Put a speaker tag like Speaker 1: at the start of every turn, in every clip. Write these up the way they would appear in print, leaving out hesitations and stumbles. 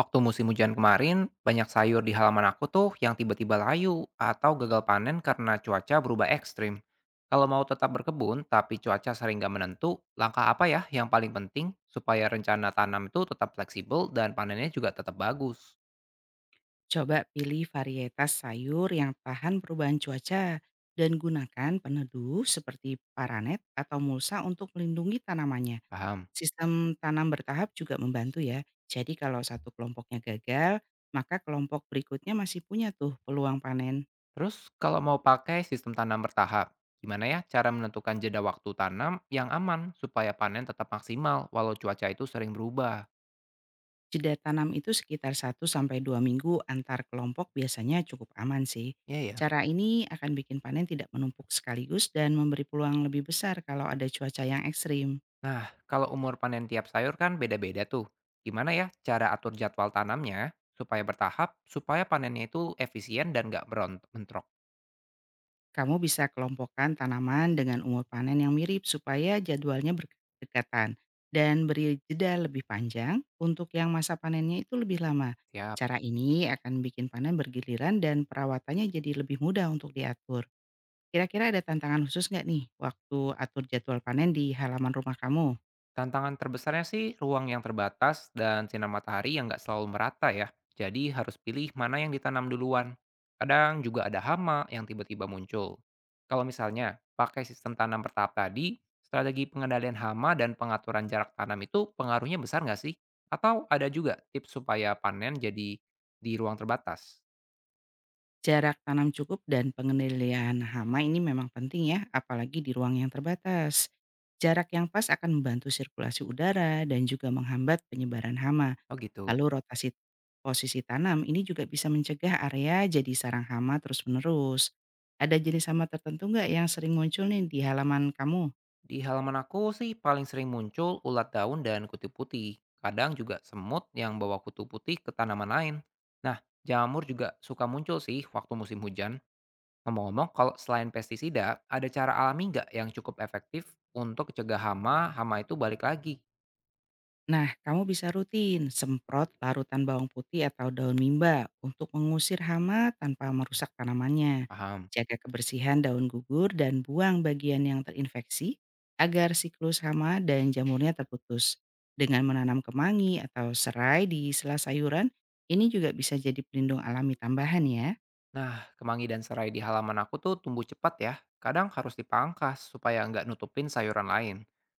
Speaker 1: Waktu musim hujan kemarin, banyak sayur di halaman aku tuh yang tiba-tiba layu atau gagal panen karena cuaca berubah ekstrim. Kalau mau tetap berkebun tapi cuaca sering gak menentu, langkah apa ya yang paling penting supaya rencana tanam itu tetap fleksibel dan panennya juga tetap bagus?
Speaker 2: Coba pilih varietas sayur yang tahan perubahan cuaca dan gunakan peneduh seperti paranet atau mulsa untuk melindungi tanamannya.
Speaker 1: Paham.
Speaker 2: Sistem tanam bertahap juga membantu ya. Jadi kalau satu kelompoknya gagal, maka kelompok berikutnya masih punya tuh peluang panen.
Speaker 1: Terus kalau mau pakai sistem tanam bertahap, gimana ya cara menentukan jeda waktu tanam yang aman supaya panen tetap maksimal walau cuaca itu sering berubah?
Speaker 2: Jeda tanam itu sekitar 1 sampai 2 minggu antar kelompok biasanya cukup aman sih.
Speaker 1: Iya ya.
Speaker 2: Cara ini akan bikin panen tidak menumpuk sekaligus dan memberi peluang lebih besar kalau ada cuaca yang ekstrim.
Speaker 1: Nah, kalau umur panen tiap sayur kan beda-beda tuh. Gimana ya cara atur jadwal tanamnya supaya bertahap, supaya panennya itu efisien dan nggak bentrok?
Speaker 2: Kamu bisa kelompokkan tanaman dengan umur panen yang mirip supaya jadwalnya berdekatan dan beri jeda lebih panjang untuk yang masa panennya itu lebih lama.
Speaker 1: Ya.
Speaker 2: Cara ini akan bikin panen bergiliran dan perawatannya jadi lebih mudah untuk diatur. Kira-kira ada tantangan khusus nggak nih waktu atur jadwal panen di halaman rumah kamu?
Speaker 1: Tantangan terbesarnya sih ruang yang terbatas dan sinar matahari yang nggak selalu merata ya. Jadi harus pilih mana yang ditanam duluan. Kadang juga ada hama yang tiba-tiba muncul. Kalau misalnya pakai sistem tanam bertahap tadi, strategi pengendalian hama dan pengaturan jarak tanam itu pengaruhnya besar nggak sih? Atau ada juga tips supaya panen jadi di ruang terbatas?
Speaker 2: Jarak tanam cukup dan pengendalian hama ini memang penting ya, apalagi di ruang yang terbatas. Jarak yang pas akan membantu sirkulasi udara dan juga menghambat penyebaran hama.
Speaker 1: Oh gitu.
Speaker 2: Lalu rotasi posisi tanam ini juga bisa mencegah area jadi sarang hama terus-menerus. Ada jenis hama tertentu nggak yang sering muncul nih di halaman kamu?
Speaker 1: Di halaman aku sih paling sering muncul ulat daun dan kutu putih. Kadang juga semut yang bawa kutu putih ke tanaman lain. Nah, jamur juga suka muncul sih waktu musim hujan. Ngomong-ngomong, kalau selain pestisida, ada cara alami nggak yang cukup efektif untuk cegah hama itu balik lagi?
Speaker 2: Nah, kamu bisa rutin semprot larutan bawang putih atau daun mimba untuk mengusir hama tanpa merusak tanamannya.
Speaker 1: Paham.
Speaker 2: Jaga kebersihan daun gugur dan buang bagian yang terinfeksi agar siklus hama dan jamurnya terputus. Dengan menanam kemangi atau serai di sela sayuran, ini juga bisa jadi pelindung alami tambahan ya.
Speaker 1: Nah, kemangi dan serai di halaman aku tuh tumbuh cepat ya. Kadang harus dipangkas supaya nggak nutupin sayuran lain.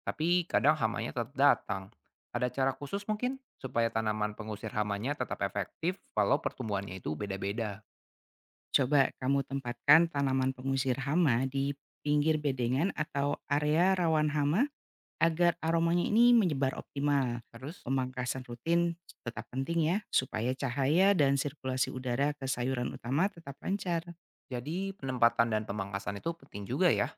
Speaker 1: Tapi kadang hamanya tetap datang. Ada cara khusus mungkin supaya tanaman pengusir hamanya tetap efektif walau pertumbuhannya itu beda-beda.
Speaker 2: Coba kamu tempatkan tanaman pengusir hama di pinggir bedengan atau area rawan hama. Agar aromanya ini menyebar optimal,
Speaker 1: Terus,
Speaker 2: pemangkasan rutin tetap penting ya, supaya cahaya dan sirkulasi udara ke sayuran utama tetap lancar.
Speaker 1: jadi penempatan dan pemangkasan itu penting juga ya.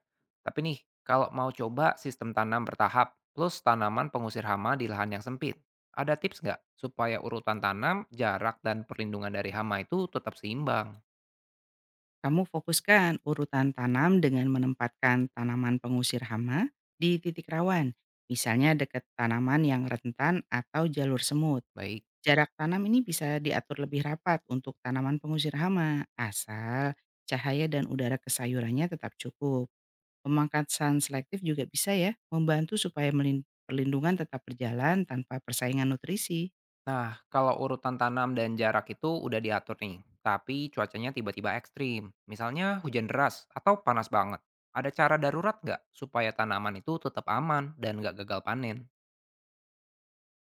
Speaker 1: Tapi nih, kalau mau coba sistem tanam bertahap plus tanaman pengusir hama di lahan yang sempit, ada tips nggak supaya urutan tanam, jarak, dan perlindungan dari hama itu tetap seimbang?
Speaker 2: Kamu fokuskan urutan tanam dengan menempatkan tanaman pengusir hama di titik rawan, misalnya dekat tanaman yang rentan atau jalur semut.
Speaker 1: Baik.
Speaker 2: Jarak tanam ini bisa diatur lebih rapat untuk tanaman pengusir hama, asal cahaya dan udara ke sayurannya tetap cukup. Pemangkasan selektif juga bisa ya, membantu supaya perlindungan tetap berjalan tanpa persaingan nutrisi.
Speaker 1: Nah, kalau urutan tanam dan jarak itu udah diatur nih, tapi cuacanya tiba-tiba ekstrim. Misalnya hujan deras atau panas banget. Ada cara darurat nggak supaya tanaman itu tetap aman dan nggak gagal panen?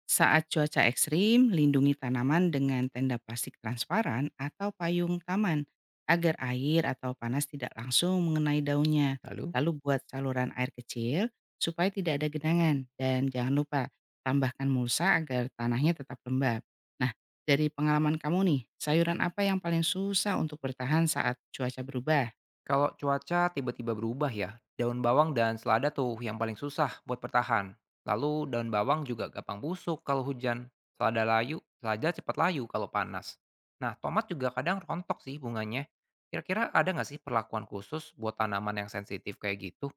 Speaker 2: Saat cuaca ekstrim, lindungi tanaman dengan tenda plastik transparan atau payung taman agar air atau panas tidak langsung mengenai daunnya.
Speaker 1: Lalu?
Speaker 2: Lalu buat saluran air kecil supaya tidak ada genangan, dan jangan lupa tambahkan mulsa agar tanahnya tetap lembab. Nah, dari pengalaman kamu nih, sayuran apa yang paling susah untuk bertahan saat cuaca berubah?
Speaker 1: Kalau cuaca tiba-tiba berubah ya, daun bawang dan selada tuh yang paling susah buat bertahan. Lalu daun bawang juga gampang busuk kalau hujan. Selada cepat layu kalau panas. Nah, tomat juga kadang rontok sih bunganya. Kira-kira ada nggak sih perlakuan khusus buat tanaman yang sensitif kayak gitu?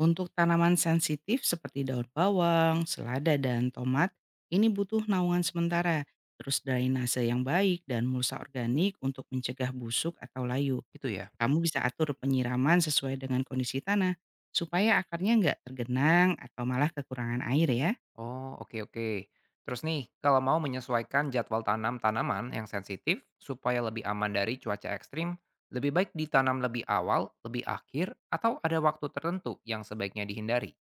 Speaker 2: Untuk tanaman sensitif seperti daun bawang, selada, dan tomat, ini butuh naungan sementara, terus drainase yang baik dan mulsa organik untuk mencegah busuk atau layu.
Speaker 1: Gitu ya.
Speaker 2: Kamu bisa atur penyiraman sesuai dengan kondisi tanah, supaya akarnya nggak tergenang atau malah kekurangan air ya.
Speaker 1: Oh, oke oke. Terus nih, kalau mau menyesuaikan jadwal tanam tanaman yang sensitif supaya lebih aman dari cuaca ekstrim, lebih baik ditanam lebih awal, lebih akhir, atau ada waktu tertentu yang sebaiknya dihindari.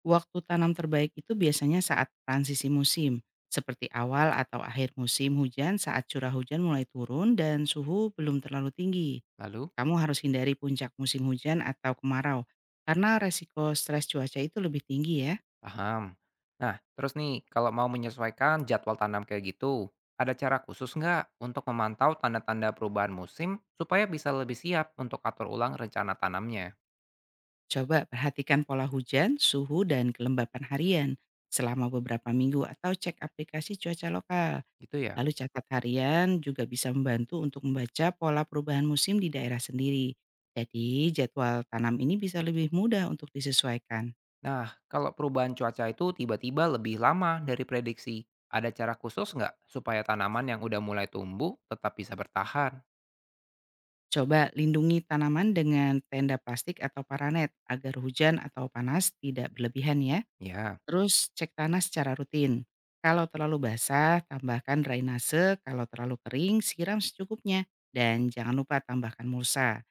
Speaker 2: Waktu tanam terbaik itu biasanya saat transisi musim, seperti awal atau akhir musim hujan saat curah hujan mulai turun dan suhu belum terlalu tinggi.
Speaker 1: Lalu,
Speaker 2: Kamu harus hindari puncak musim hujan atau kemarau, karena resiko stres cuaca itu lebih tinggi ya.
Speaker 1: Paham. Nah, terus nih, kalau mau menyesuaikan jadwal tanam kayak gitu, ada cara khusus nggak untuk memantau tanda-tanda perubahan musim supaya bisa lebih siap untuk atur ulang rencana tanamnya?
Speaker 2: Coba perhatikan pola hujan, suhu, dan kelembapan harian selama beberapa minggu atau cek aplikasi cuaca lokal.
Speaker 1: Gitu ya?
Speaker 2: Lalu catat harian juga bisa membantu untuk membaca pola perubahan musim di daerah sendiri. Jadi jadwal tanam ini bisa lebih mudah untuk disesuaikan.
Speaker 1: Nah, kalau perubahan cuaca itu tiba-tiba lebih lama dari prediksi, ada cara khusus nggak supaya tanaman yang udah mulai tumbuh tetap bisa bertahan?
Speaker 2: Coba lindungi tanaman dengan tenda plastik atau paranet agar hujan atau panas tidak berlebihan ya.
Speaker 1: Ya,
Speaker 2: Terus cek tanah secara rutin. Kalau terlalu basah, tambahkan drainase. Kalau terlalu kering, siram secukupnya. Dan jangan lupa tambahkan mulsa.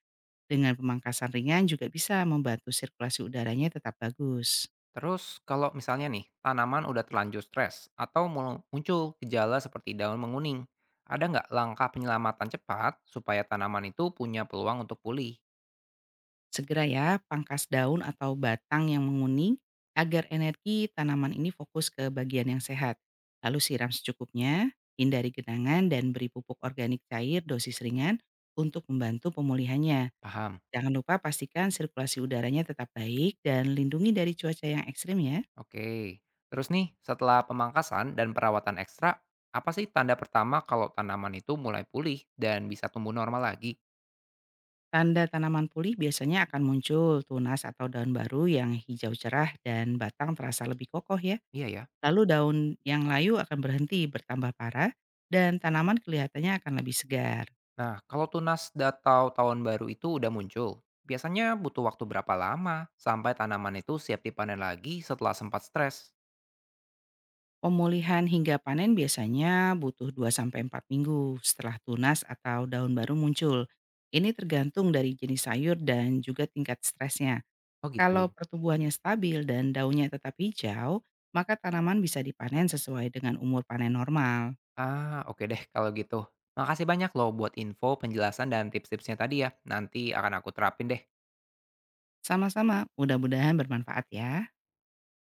Speaker 2: Dengan pemangkasan ringan juga bisa membantu sirkulasi udaranya tetap bagus.
Speaker 1: terus kalau misalnya nih, tanaman udah terlanjur stres atau muncul gejala seperti daun menguning, ada nggak langkah penyelamatan cepat supaya tanaman itu punya peluang untuk pulih?
Speaker 2: Segera ya, pangkas daun atau batang yang menguning agar energi tanaman ini fokus ke bagian yang sehat. Lalu siram secukupnya, hindari genangan, dan beri pupuk organik cair dosis ringan untuk membantu pemulihannya.
Speaker 1: Paham?
Speaker 2: Jangan lupa pastikan sirkulasi udaranya tetap baik dan lindungi dari cuaca yang ekstrim ya.
Speaker 1: Oke. Terus nih, setelah pemangkasan dan perawatan ekstra, apa sih tanda pertama kalau tanaman itu mulai pulih dan bisa tumbuh normal lagi?
Speaker 2: Tanda tanaman pulih biasanya akan muncul tunas atau daun baru yang hijau cerah dan batang terasa lebih kokoh ya.
Speaker 1: Iya ya.
Speaker 2: Lalu daun yang layu akan berhenti bertambah parah dan tanaman kelihatannya akan lebih segar.
Speaker 1: Nah, kalau tunas datau tahun baru itu udah muncul, biasanya butuh waktu berapa lama sampai tanaman itu siap dipanen lagi setelah sempat stres?
Speaker 2: Pemulihan hingga panen biasanya butuh 2 sampai 4 minggu setelah tunas atau daun baru muncul. Ini tergantung dari jenis sayur dan juga tingkat stresnya.
Speaker 1: Oh gitu.
Speaker 2: Kalau pertumbuhannya stabil dan daunnya tetap hijau, maka tanaman bisa dipanen sesuai dengan umur panen normal.
Speaker 1: Ah, oke deh kalau gitu. Makasih banyak loh buat info, penjelasan, dan tips-tipsnya tadi ya. Nanti akan aku terapin deh.
Speaker 2: Sama-sama, mudah-mudahan bermanfaat ya.